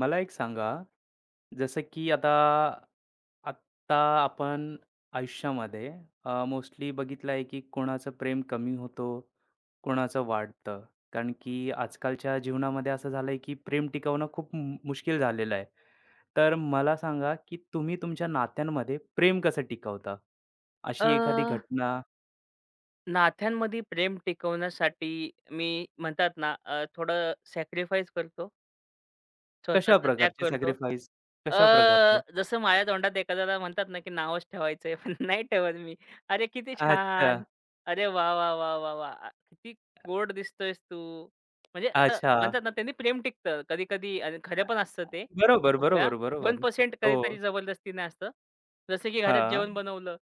मला एक सांगा, जसं की आता आत्ता आपण आयुष्यामध्ये मोस्टली बघितलं आहे की कोणाचं प्रेम कमी होतो, कोणाचं वाढतं. कारण की आजकालच्या जीवनामध्ये असं झालं आहे की प्रेम टिकवणं खूप मुश्किल झालेलं आहे. तर मला सांगा, की तुम्ही तुमच्या नात्यांमध्ये प्रेम कसं टिकवता? अ, अशी एखादी घटना नात्यांमध्ये प्रेम टिकवण्यासाठी मी म्हणतात ना थोडं सॅक्रिफाईस करतो, कशा स्वतःचा त्याग प्रकारचे करतो. सॅक्रिफाईस अ, कशा प्रकारचे? जसं माझ्या तोंडात एखाद्याला म्हणतात ना, की नावच ठेवायचंय, पण नाही ठेवत मी. "अरे किती अच्छा, छान! अरे वाह, वाह, वाह, वाह, वाह! आ किती गोड दिसतोयस तू." म्हणजे असं अच्छा. म्हणतात ना, त्यांनी प्रेम टिकतं कधी-कधी आणि खरं पण असतं ते बरोबर, खूप वेळा. बरोबर, बरोबर. 1% हो. कधीतरी जबरदस्तीने असतं. जसं की घरात हां, जेवण बनवलं.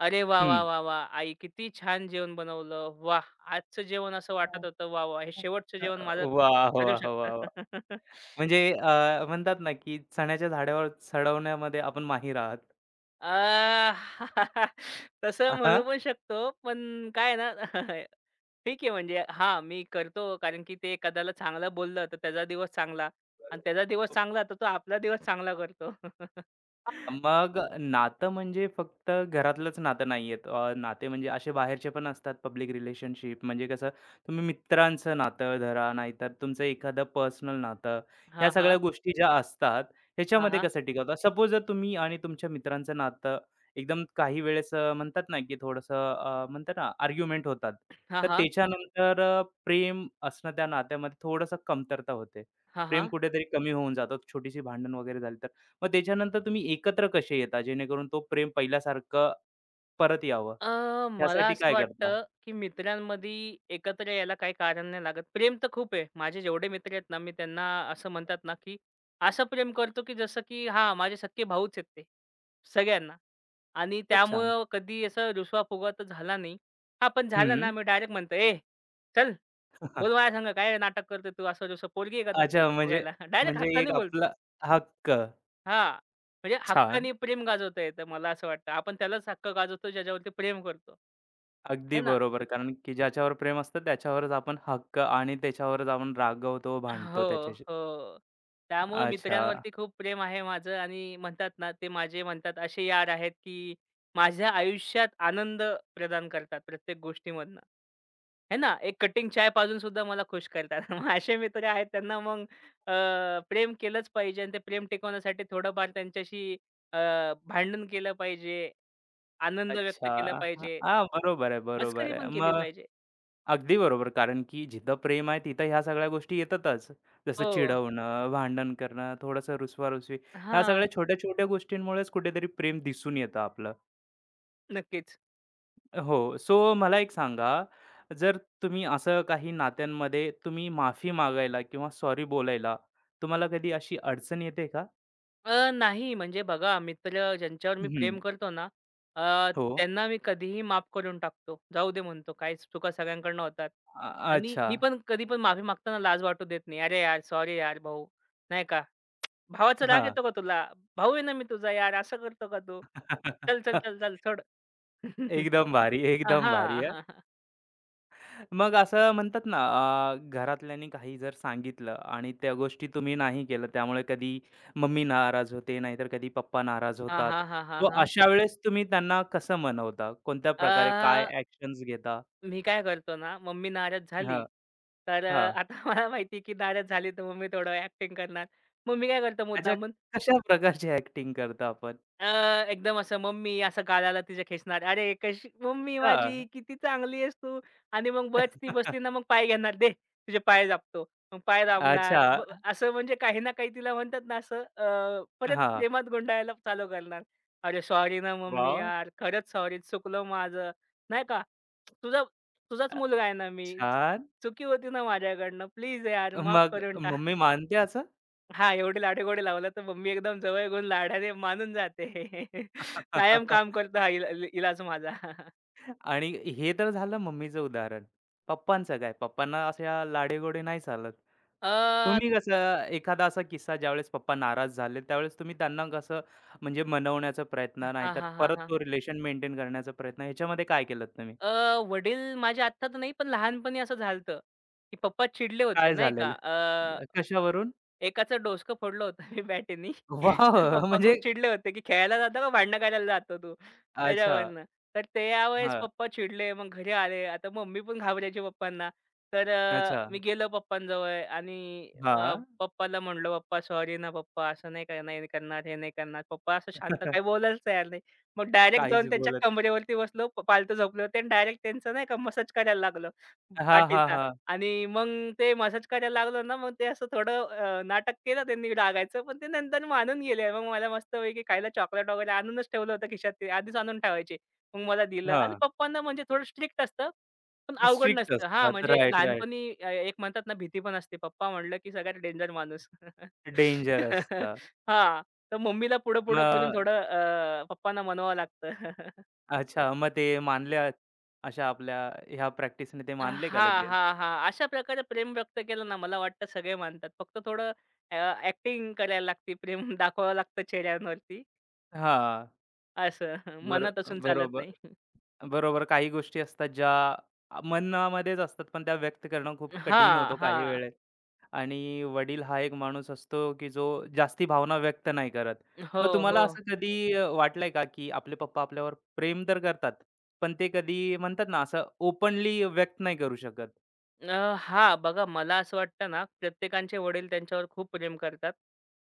"अरे वाह, हं. वाह, वाह, वाह! आई किती छान जेवण बनवलं. वाह! आजचं जेवण असं हां, हां. वाटत होतं. वाह, वाह! हे शेवटचं अ, जेवण माझं वाह! ठरू वाह! वाह! वाह! शकतं." म्हणजे म्हणतात ना, की चण्याच्या झाडावर चढवण्यामध्ये आपण माहीर आहात. अ, तसं आ हां. म्हणू पण शकतो. पण काय आहे ना. ठीक आहे, म्हणजे हां, मी करतो कारण की ते एखाद्याला चांगलं बोललं, तर त्याचा दिवस चांगला आणि त्याचा दिवस चांगला, तर तो आपला दिवस चांगला करतो. हां, मग नातं म्हणजे फक्त घरातलंच नातं नाहीयेत. नाते म्हणजे असे बाहेरचे पण असतात पब्लिक रिलेशनशिप म्हणजे कसं तुम्ही मित्रांचं नातं धरा, नाहीतर तुमचं एखादं पर्सनल नातं. ह्या हां, सगळ्या हां. गोष्टी ज्या असतात हां, ह्याच्यामध्ये हां. कसं टिकवता? सपोज जर तुम्ही आणि तुमच्या मित्रांचं नातं एकदम काही वेळेस म्हणतात ना, की थोडंसं म्हणतात ना आर्ग्युमेंट होतात. हां, तर हां. त्याच्यानंतर प्रेम असणं त्या नात्यामध्ये थोडंसं कमतरता होते. हां, प्रेम हां. कुठेतरी कमी होऊन जातं. छोटीशी भांडण वगैरे झाली मग त्याच्यानंतर तुम्ही एकत्र कसे येता जेणेकरून तो प्रेम पहिल्यासारखं परत यावं? मला त्यासाठी असं काय करता? वाटतं, की मित्रांमध्ये एकत्र यायला काही कारण नाही लागत. प्रेम तर खूप आहे. माझे जेवढे मित्र आहेत ना, मी त्यांना असं म्हणतात ना, की असं प्रेम करतो, की जसं की हां, माझे सख्खे भाऊच आहेत ते, सगळ्यांना. आणि खूपच छान. त्यामुळं कधी असं रुसवा-फुगवा तर झाला नाही. हां, पण झालं ना, हं. मी डायरेक्ट म्हणतो, "ए, चल बोल माझ्या संग, काय नाटक करतोय तू? असं-तसं पोरगी आहे का तू अच्छा असं म्हणजे फुगायला?" डायरेक्ट म्हणजे एक हक्काने बोलतो. आपला हक्क. हां. म्हणजे छान. हक्काने प्रेम गाजवता येतं मला असं वाटतं. आपण त्यालाच हक्क गाजवतो ज्याच्यावरती प्रेम करतो. अगदी आहे ना? बरोबर. तर कारण की ज्याच्यावर प्रेम असतं त्याच्यावरच आपण हक्क आणि त्याच्यावरच आपण रागवतो, भांडतो हो, त्याच्याशी. हो. त्यामुळं अच्छा. मित्रांवरती खूप प्रेम आहे माझं आणि म्हणतात ना, ते माझे म्हणतात असे यार आहेत, की माझ्या आयुष्यात आनंद प्रदान करतात प्रत्येक गोष्टीमधनं. आहे ना? एक कटिंग चाय पाजून सुद्धा मला खुश करतात. मग असे मित्र आहेत त्यांना मग अ, प्रेम केलंच पाहिजे आणि ते प्रेम टिकवण्यासाठी थोडंफार त्यांच्याशी अ, भांडण केलं पाहिजे. आनंद अच्छा. व्यक्त केला पाहिजे, हां, बरोबर आहे, बरोबर मस्करी आहे. पण केली मग पाहिजे. अगदी बरोबर. कारण की जिथं प्रेम आहे तिथं ह्या सगळ्या गोष्टी येतातच. जसं हो. चिडवणं, भांडण करणं, थोडंसं रुसवा-रुसवी ह्या हां, सगळ्या छोट्या-छोट्या गोष्टींमुळेच कुठेतरी प्रेम दिसून येतं आपलं. नक्कीच. हो. सो मला एक सांगा, जर तुम्ही असं काही नात्यांमध्ये तुम्ही माफी मागायला किंवा सॉरी बोलायला तुम्हाला कधी अशी अडचण येते का? नाही, म्हणजे बघा मित्र ज्यांच्यावर मी हं. प्रेम करतो ना, अ, हो. त्यांना मी कधीही माफ करून टाकतो. जाऊ दे म्हणतो, काही चुका सगळ्यांकडनं होतात. अ आणि अच्छा. मी पण कधी पण माफी मागताना लाज वाटू देत नाही. "अरे यार, सॉरी यार भाऊ." नाही का? "भावाचा राग हां. येतो का तुला? भाऊ आहे ना मी तुझा यार, असं करतो का तू? चल, चल, चल, चल सोड." एकदम भारी, अ, एकदम भारी. हां. मग असं म्हणतात ना, घरातल्यांनी काही जर सांगितलं आणि त्या गोष्टी तुम्ही नाही केलं, त्यामुळे कधी मम्मी नाराज होते, नाहीतर कधी पप्पा नाराज हां, होतात. हां, हां, हां, सो हां. अशा वेळेस तुम्ही त्यांना कसं मनवता? कोणत्या प्रकारे काय अ ॲक्शन्स घेता? मी काय करतो ना, मम्मी नाराज हां, झाली, तर हां. आता मला माहिती की नाराज झाली तर मम्मी थोडं ॲक्टिंग करणार. मग मी काय करतो अच्छा, मुद्दामून, कशा प्रकारची ॲक्टिंग करता आपण? अ, एकदम असं मम्मी असं गालाला तिच्या खेचणार. "अरे कशी मम्मी हां. माझी किती चांगली आहेस तू." आणि मग बस, ती बसली ना मग पाय घेणार, "दे तुझे पाय दाबतो." मग पाय दाबणार. अच्छा. असं म्हणजे काही ना काही तिला म्हणतात ना असं परत हां. प्रेमात गुंडाळायला चालू करणार. "अरे सॉरी ना मम्मी वॉव! यार, खरंच सॉरी चुकलं माझं." नाही का? "तुझा तुझाच मुलगा आहे ना मी. छान. चुकी होती ना माझ्याकडनं. प्लीज यार माफ मग करून टाक." मम्मी मानते असं? हां, एवढे लाडेगोडे लावले तर मम्मी एकदम जवळ घेऊन लाडाने मानून जाते. कायम काम करतो हा इलाज माझा. आणि हे तर झालं मम्मीचं उदाहरण. पप्पांचं काय? पप्पांना अशा लाडेगोडे नाही चालत. अ, तुम्ही कसं एखादा असा किस्सा ज्यावेळेस पप्पा नाराज झाले, त्यावेळेस तुम्ही त्यांना कसं म्हणजे मनवण्याचा प्रयत्न, हां, नाहीतर हां, हां, परत हां. तो रिलेशन मेंटेन करण्याचा प्रयत्न, ह्याच्यामध्ये काय केलत तुम्ही? अ, वडील माझे आत्ता तर नाही, पण लहानपणी असं झालं की पप्पा चिडले होते काय नाही का. झालेलं? कशावरून? एकाचं डोसकं फोडलं होतं मी बॅटनी. वॉव! पप्पा म्हणजे खूप चिडले होते, की "खेळायला जातो का भांडणं करायला जातो तू?" अच्छा. त्याच्यावरनं. तर त्यावेळेस हां. पप्पा चिडले. मग घरी आले. आता मम्मी पण घाबरायची पप्पांना. तर अच्छा. मी गेलो पप्पांजवळ आणि हां. पप्पाला म्हटलं, "पप्पा सॉरी ना पप्पा, असं नाही करणार, नाही करणार, हे नाही करणार." पप्पा असं शांत, काही बोलायलाच तयार नाही. मग डायरेक्ट काहीच जाऊन त्यांच्या बोलत कमरेवरती बसलो, पालथं झोपले होते आणि डायरेक्ट त्यांचं नाही का मसाज करायला लागलो, हां, हां, पाठीचा. हां. आणि मग ते मसाज करायला लागलं ना, मग ते असं थोडं नाटक केलं त्यांनी रागायचं, पण ते नंतर मानून गेले. मग मला मस्तपैकी खायला चॉकलेट वगैरे आणूनच ठेवलं होतं खिशात, ते आधीच आणून ठेवायचे. मग मला दिलं आणि हां. पप्पांना म्हणजे थोडं स्ट्रिक्ट असतं, पण अवघड स्ट्रिक्ट नसतं. हां, असतात. म्हणजे राइट, राइट. लहानपणी एक म्हणतात ना, भीती पण असते. पप्पा म्हटलं की सगळ्यात डेंजर माणूस. डेंजर असतात. हां, तर मम्मीला पुढं-पुढं करून मग थोडं पप्पांना मनवावं लागतं. अच्छा, मग ते मानल्या अशा आपल्या ह्या प्रॅक्टिसने ते अ, मानले का हां, लगेच? हां, हां. अशा प्रकारे प्रेम व्यक्त केलं ना, मला वाटतं सगळे मानतात. फक्त थोडं ॲक्टिंग करायला लागते, प्रेम दाखवावं लागतं चेहऱ्यावरती हां, असं. बरो मनात असून चालत बरोबर नाही. बरोबर. काही गोष्टी असतात ज्या मनामध्येच असतात, पण त्या व्यक्त करणं खूप कठीण हां, होतं काही हां. वेळेस. आणि वडील हा एक माणूस असतो, की जो जास्ती भावना व्यक्त नाही करत. हो, मग हो. तुम्हाला असं कधी वाटलंय का, की आपले पप्पा आपल्यावर प्रेम तर करतात, पण ते कधी म्हणतात ना, असं ओपनली व्यक्त नाही करू शकत? अ, हां, बघा मला असं वाटतं ना, प्रत्येकाचे वडील त्यांच्यावर खूप प्रेम करतात.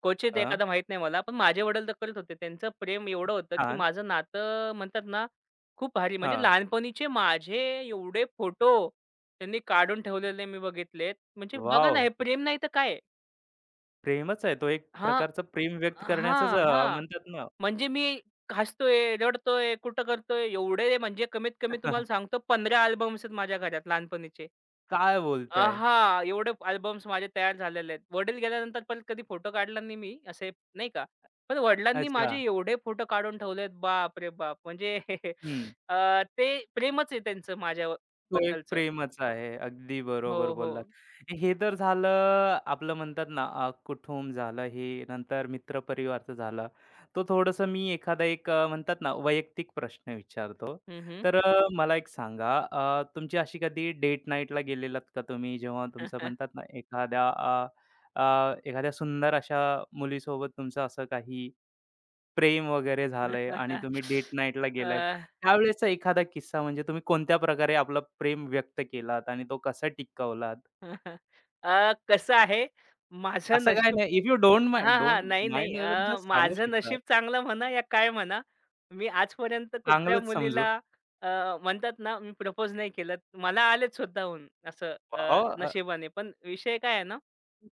क्वचित हां, एखादा माहीत नाही मला, पण माझे वडील तर करत होते. त्यांचं प्रेम एवढं होतं, की छान. माझं नातं म्हणतात ना, खूप भारी, म्हणजे हां, लहानपणीचे माझे एवढे फोटो त्यांनी काढून ठेवलेले मी बघितलेत. म्हणजे बघा ना, वॉव! हे प्रेम नाही तर काय? प्रेमच आहे. तो एक हां, प्रकारचं प्रेम व्यक्त करण्याचाच हां, हां. म्हणतात ना म्हणजे मी हसतोय, रडतोय, कुठं करतोय एवढे, म्हणजे कमीत कमी तुम्हाला सांगतो, 15 अल्बम्स आहेत माझ्या घरात लहानपणीचे. काय अ, बोलताय? हां, एवढे अल्बम्स माझे तयार झालेले आहेत. वडील गेल्यानंतर परत कधी फोटो काढला नाही मी असे नाही का. पण वडिलांनी माझे अच्छा. एवढे फोटो काढून ठेवलेत, बाप रे बाप! म्हणजे हं. ते प्रेमच आहे त्यांचं माझ्या तो एक बद्दलचं. प्रेमच आहे. अगदी हो, बरोबर हो. बोललात. हे तर झालं आपलं म्हणतात ना कुटुंब झालं हे, नंतर मित्रपरिवारचं झालं. तो थोडंसं मी एखादा एक म्हणतात ना वैयक्तिक प्रश्न विचारतो. हं, हं. तर मला एक सांगा तुमची अशी कधी डेट नाईटला गेलेलात का तुम्ही? जेव्हा अ, तुमचं म्हणतात ना एखाद्या अ, अ, एखाद्या सुंदर अशा मुलीसोबत तुमचं असं काही प्रेम वगैरे झालंय आणि तुम्ही डेट नाईटला अ, गेलात. त्यावेळेसचा एखादा किस्सा म्हणजे तुम्ही कोणत्या प्रकारे आपला प्रेम व्यक्त केलात आणि तो कसा टिकवलात? कसं आहे माझं असं काही नशीब. नाही. इफ यू डोंट माइंड हां, हां. डोंट नाही, नाही. माइंड वगैरे जस्ट सांगू माझं शकता. नशीब चांगलं म्हणा या काय म्हणा, मी आजपर्यंत कुठल्या चांगलंच समजू. मुलीला अ, म्हणतात ना, मी प्रपोज नाही केलं. मला आलेत स्वतःहून असं वॉव! अ, नशिबाने. पण विषय काय आहे ना.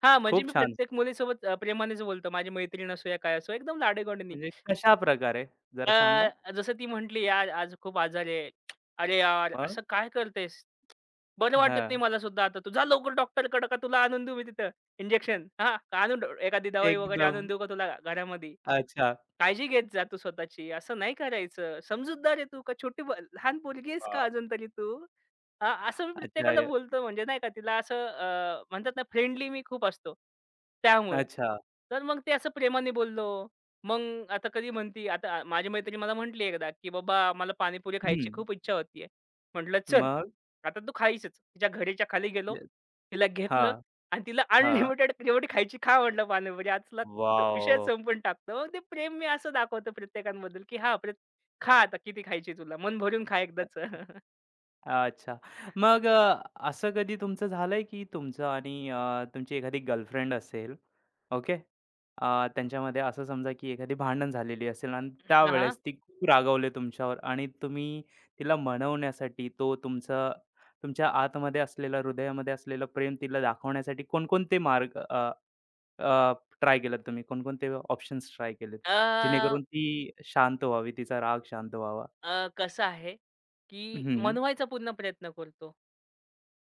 हां, म्हणजे खूप मी छान. प्रत्येक मुलीसोबत प्रेमानेच बोलतो. माझी मैत्रीण असो या काय असो, एकदम लाडेगोडीने. म्हणजे कशा प्रकारे जरा सांगा? जसं ती म्हटली, "यार, आज खूप आजारी आहे." "अरे यार, मग? असं काय करतेस? बरं वाटत नाही हां. मला सुद्धा आता. तू जा लवकर डॉक्टरकडे, का तुला आणून देऊ मी तिथं इंजेक्शन? हां, आणून एखादी दवाई वगैरे आणून एकदम. देऊ का तुला घरामध्ये?" अच्छा. काळजी घेत जा तू स्वतःची, असं नाही करायचं. समजूतदार आहे तू का छोटी लहान पोरगी आहेस वॉव! का अजून तरी तू? हां, असं मी अच्छा. प्रत्येकाला य- बोलतो, म्हणजे नाही का, तिला असं म्हणतात ना, फ्रेंडली मी खूप असतो. त्यामुळं. अच्छा. तर मग ते असं प्रेमाने बोललो. मग आता कधी म्हणती आता माझी मैत्रीण मला म्हटली एकदा, की "बाबा मला पाणीपुरी खायची हं. खूप इच्छा होतीये." म्हटलं, "चल, मग? आता तू खायचीच." तिच्या घराच्या खाली गेलो. तिला घेतलं हां, आणि तिला हां. अनलिमिटेड जेवढी खायची खा म्हटलं पाणीपुरी. आज विषयच वॉव! संपून टाकतो. मग ते प्रेम मी असं दाखवतो प्रत्येकाबद्दल, की "हां, खा आता किती खायची तुला. मन भरून खा एकदाच." अच्छा. मग असं कधी तुमचं झालंय की तुमचं आणि तुमची एखादी गर्लफ्रेंड असेल, ओके? त्यांच्यामध्ये असं समजा की एखादी भांडण झालेली असेल आणि हां, हां. त्यावेळेस ती खूप रागावली तुमच्यावर आणि तुम्ही तिला मनवण्यासाठी तो तुमचा तुमच्या आतमध्ये असलेला, हृदयामध्ये असलेलं प्रेम तिला दाखवण्यासाठी कोणकोणते मार्ग ट्राय केलेत तुम्ही? कोणकोणते ऑप्शन्स ट्राय केलेत? अ, जेणेकरून ती शांत व्हावी, तिचा राग शांत व्हावा? अ, कसं आहे, की हं. मनवायचा पूर्ण प्रयत्न करतो.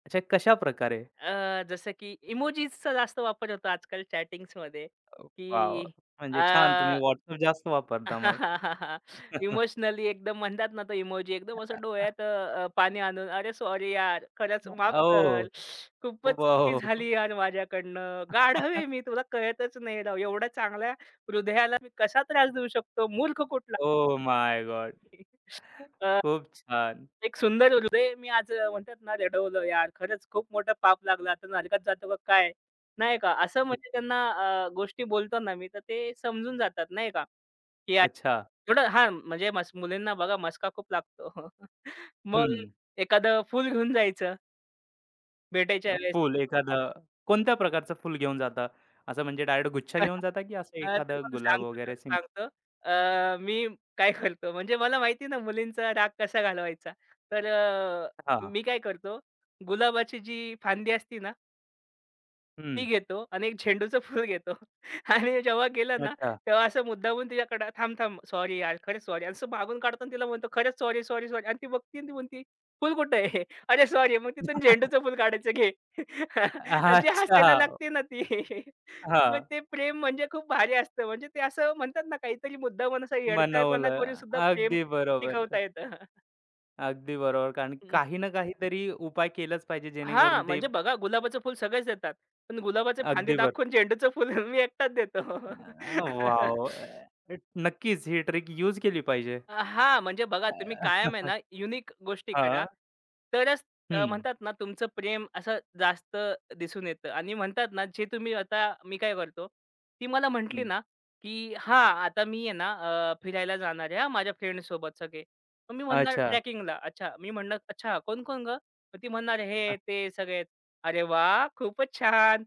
अच्छा, कशाप्रकारे? अ, जसं की इमोजीसचा जास्त वापर होतो आजकाल चॅटिंग्समध्ये, की वाव म्हणजे छान तुम्ही WhatsApp जास्त वापरता मग. इमोशनली एकदम म्हणतात ना, तो इमोजी एकदम असं डोळ्यात पाणी आणून, "अरे सॉरी यार, खरंच माफ ओह! कर. खूपच चुकी वॉव! झाली यार माझ्याकडनं. गाढव आहे मी, तुला कळतच नाही राव. एवढ्या चांगल्या हृदयाला मी कसा त्रास देऊ शकतो? मूर्ख कुठला ओह माय गॉड! मी." अ खूप छान. एक सुंदर हृदय मी आज म्हणतात ना रेडवलं यार, खरंच खूप मोठं पाप लागलं. आता नरकात जातो का काय? नाही का? असं अ म्हणजे त्यांना गोष्टी बोलतो ना मी, तर ते समजून जातात नाही का? की यार अच्छा. थोडं हां, म्हणजे मुलींना बघा मस्का खूप लागतो. मग हं. एखादं फुल घेऊन जायचं भेटायच्या वेळेस. फुल एखादं कोणत्या प्रकारचं फुल घेऊन जाता? असं म्हणजे डायरेक्ट गुच्छा घेऊन जाता, की असं एखादं तुम्हाला गुलाब सांगतो, वगैरे खरं सिंपल सांगतो. मी काय करतो म्हणजे मला माहिती ना मुलींचा राग कसा घालवायचा. तर हां. मी काय करतो, गुलाबाची जी फांदी असती ना हं. ती घेतो आणि एक झेंडूचं फूल घेतो आणि जेव्हा गेला ना, अच्छा. तेव्हा असं मुद्दामून तिच्याकडं, "थांब, थांब, सॉरी यार, खरंच सॉरी." असं मागून काढतो आणि तिला म्हणतो, "खरंच सॉरी, सॉरी, सॉरी." आणि ती बघते आणि ती म्हणते, "फूल कुठे आहे?" "अरे सॉरी." मग तिथून झेंडूचं फूल काढायचं घे. आणि जी अच्छा. हसायला लागते ना ती. मग हां. ते प्रेम म्हणजे खूप भारी असतं. म्हणजे ते असं म्हणतात ना, काहीतरी मुद्दामून असा येडताळपणा करून बनवलं. सुद्धा प्रेम अगदी बरोबर. टिकवता येतं. अगदी बरोबर. कारण काही ना काहीतरी उपाय केलाच पाहिजे जेणेकरून हां, ते म्हणजे बघा गुलाबाचं फुल सगळेच देतात. पण गुलाबाचे फांदी अगदी बरं. दाखवून झेंडूचं फुल मी एकटाच देतो. अ, वॉव! अ, नक्कीच ही ट्रिक यूज केली पाहिजे. अ, हां, म्हणजे बघा तुम्ही अ, कायम आहे ना, युनिक गोष्टी हां. करा. तरच हं, म्हणतात ना, तुमचं प्रेम असं जास्त दिसून येतं आणि म्हणतात ना, जे तुम्ही आता मी काय करतो, ती मला म्हटली हं. ना, की "हां, आता मी आहे ना फिरायला जाणार आहे हां, माझ्या फ्रेंड्ससोबत सगळे." मग मी म्हणणार अच्छा. ट्रॅकिंगला. अच्छा, मी म्हणणार, "अच्छा, कोण-कोण गं?" मग ती म्हणणार, अ, "हे, ते सगळेच." अरे वाह! खूपच छान.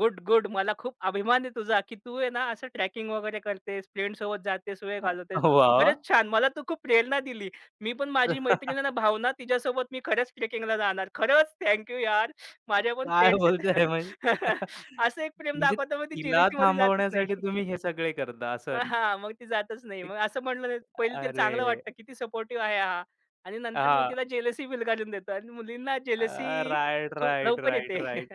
Good, good. मला खूप अभिमान आहे तुझा, की तू आहे ना, असं ट्रॅकिंग वगैरे करतेस, फ्रेंड्ससोबत जातेस, वेळ घालवतेस. वाह! खरंच छान. मला तू खूप प्रेरणा दिली. मी पण माझी मैत्रीण आहे ना भावना, तिच्यासोबत मी खरंच ट्रेकिंगला जाणार. खरंच थँक यू यार. माझ्या पण काय फ्रेंड्स बोलताय म्हणजे? आहेत. असं एक प्रेम म्हणजे दाखवतो मग ती तिला जेलसीमध्ये जातच थांबवण्यासाठी नाही. तुम्ही हे सगळे करता असं. मग हां, मग ती जातच नाही. एक- मग असं म्हटलं पहिले तिला अरे! चांगलं वाटतं, किती सपोर्टिव्ह आहे हा. आणि नंतर मग हां. तिला जेलसी विलगाडून देतो आणि मुलींना अ, जेलसी राइट, राइट, लवकर राइट, येते. राइट.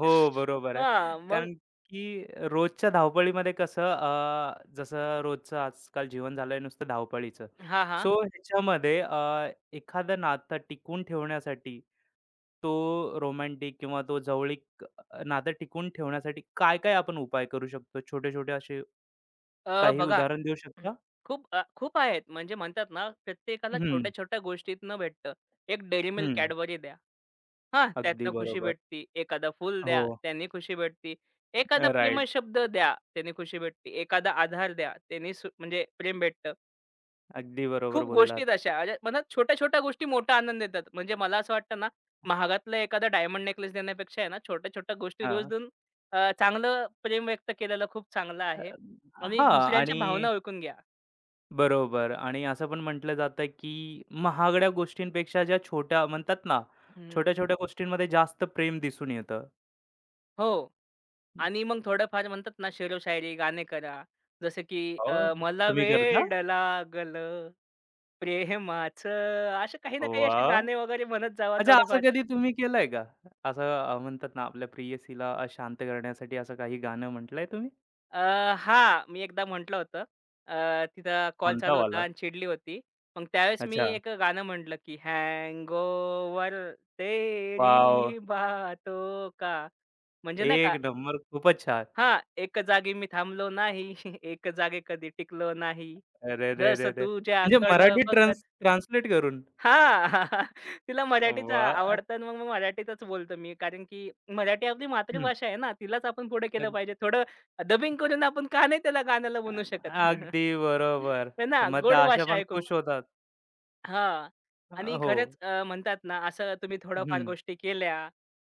हो, बरोबर आहे. हां, मग कारण की रोजच्या धावपळीमध्ये कसं जसं रोजचं आजकाल जीवन झालंय नुसतं धावपळीचं. हां, हां. सो ह्याच्यामध्ये एखादं नातं टिकवून ठेवण्यासाठी तो रोमॅन्टिक किंवा तो जवळीक नातं टिकवून ठेवण्यासाठी काय-काय आपण उपाय करू शकतो? छोटे-छोटे असे अ, काही बघा उदाहरण देऊ हं. शकता? खूप खूप आहेत. म्हणजे म्हणतात ना, प्रत्येकाला हं, छोट्या-छोट्या गोष्टीतनं भेटतं. एक Dairy Milk हं. Cadbury द्या. हां, अगदी त्यातनं खुशी बरोबर. भेटती. एखादा फूल हो. द्या, त्याने खुशी भेटती. एखादा राइट. प्रेमशब्द द्या, त्याने खुशी भेटती. एखादा आधार द्या, त्याने म्हणजे प्रेम भेटतं. अगदी बरोबर खूप गोष्टी बोललात. अशा. अरे म्हणा छोट्या-छोट्या गोष्टी मोठा आनंद देतात. म्हणजे मला असं वाटतं ना, महागातला एखादा डायमंड नेकलेस देण्यापेक्षा आहे ना, छोट्या-छोट्या गोष्टी रोज हां. देऊन चांगलं प्रेम व्यक्त केलेलं खूप चांगलं आहे अ, आणि हां दुसऱ्यांच्या आणि भावना ओळखून घ्या. बरोबर आणि असं पण म्हटलं जातं की महागड्या गोष्टींपेक्षा ज्या छोट्या म्हणतात ना, हं. छोट्या-छोट्या गोष्टींमध्ये जास्त प्रेम दिसून येतं. हो. आणि मग थोडंफार म्हणतात ना शेरोशायरी, गाणे करा. जसं की हो, मला तुम्ही करता? वेड लागलं प्रेमाचं, असे काही ना काही असे वाह! गाणे वगैरे म्हणत जावा अच्छा, असं थोडेफार. कधी तुम्ही केलंय का? असं म्हणतात ना, आपल्या प्रेयसीला शांत करण्यासाठी असं काही गाणं म्हटलंय तुम्ही? अ, हां, मी एकदा म्हटलं होतं. तिथं कॉल कोणता चालू होता वाला? आणि चिडली होती. मग त्यावेळेस मी अच्छा. एक गाणं म्हटलं की "हँगओव्हर वॉव! तेरी बातों का", म्हणजे नाही एक का नंबर खूपच छान. हां, एका जागी मी थांबलो नाही, एक जागे कधी टिकलो नाही. जसं अरेरेरेरे! म्हणजे तुझ्याकडं मराठी बघत ट्रान्सलेट करून. हां, तिला मराठीच वाह! आवडतं आणि मग मग मराठीतच बोलतो मी. कारण की मराठी आपली हं. मातृभाषा आहे ना, तिलाच आपण पुढे केलं पाहिजे. थोडं डबिंग करून आपण का नाही त्याला गाण्याला म्हणू शकत? अ अगदी बरोबर. आहे ना, मग त्या गोड अशा भाषा पण आहे खूप. खुश होतात. हां. अ, आणि हो. खरंच म्हणतात ना, असं तुम्ही थोड्याफार हं, गोष्टी केल्या,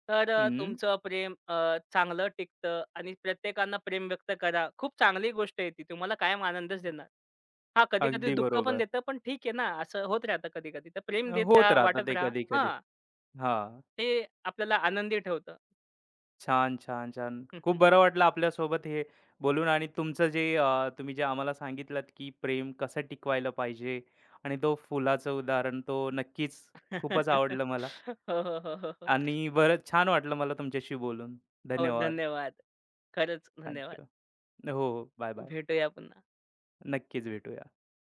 तर हं. तुमचं प्रेम चांगलं टिकतं आणि प्रत्येकांना प्रेम व्यक्त करा. खूप चांगली गोष्ट आहे ती. तुम्हाला कायम आनंदच देणार. हां, कधी-कधी अगदी दुःख पण बरोबर. देतं, पण ठीक आहे ना, असं होत राहतं कधी-कधी. तर प्रेम देत होत राहा, राहतात वाटत ते राहा. कधी-कधी. हां, हां. ते आपल्याला आनंदी ठेवतं. छान, छान, छान. खूप बरं वाटलं आपल्यासोबत हे बोलून आणि तुमचं जे तुम्ही जे आम्हाला सांगितलत, की प्रेम कसं टिकवायला पाहिजे आणि तो फुलाचं उदाहरण तो नक्कीच खूपच हो, आवडलं मला हो, हो, हो, हो. आणि बरंच छान वाटलं मला तुमच्याशी बोलून. हो, धन्यवाद. धन्यवाद. खरंच थँक धन्यवाद. हो, हो. बाय-बाय. भेटूया पुन्हा. नक्कीच भेटूया.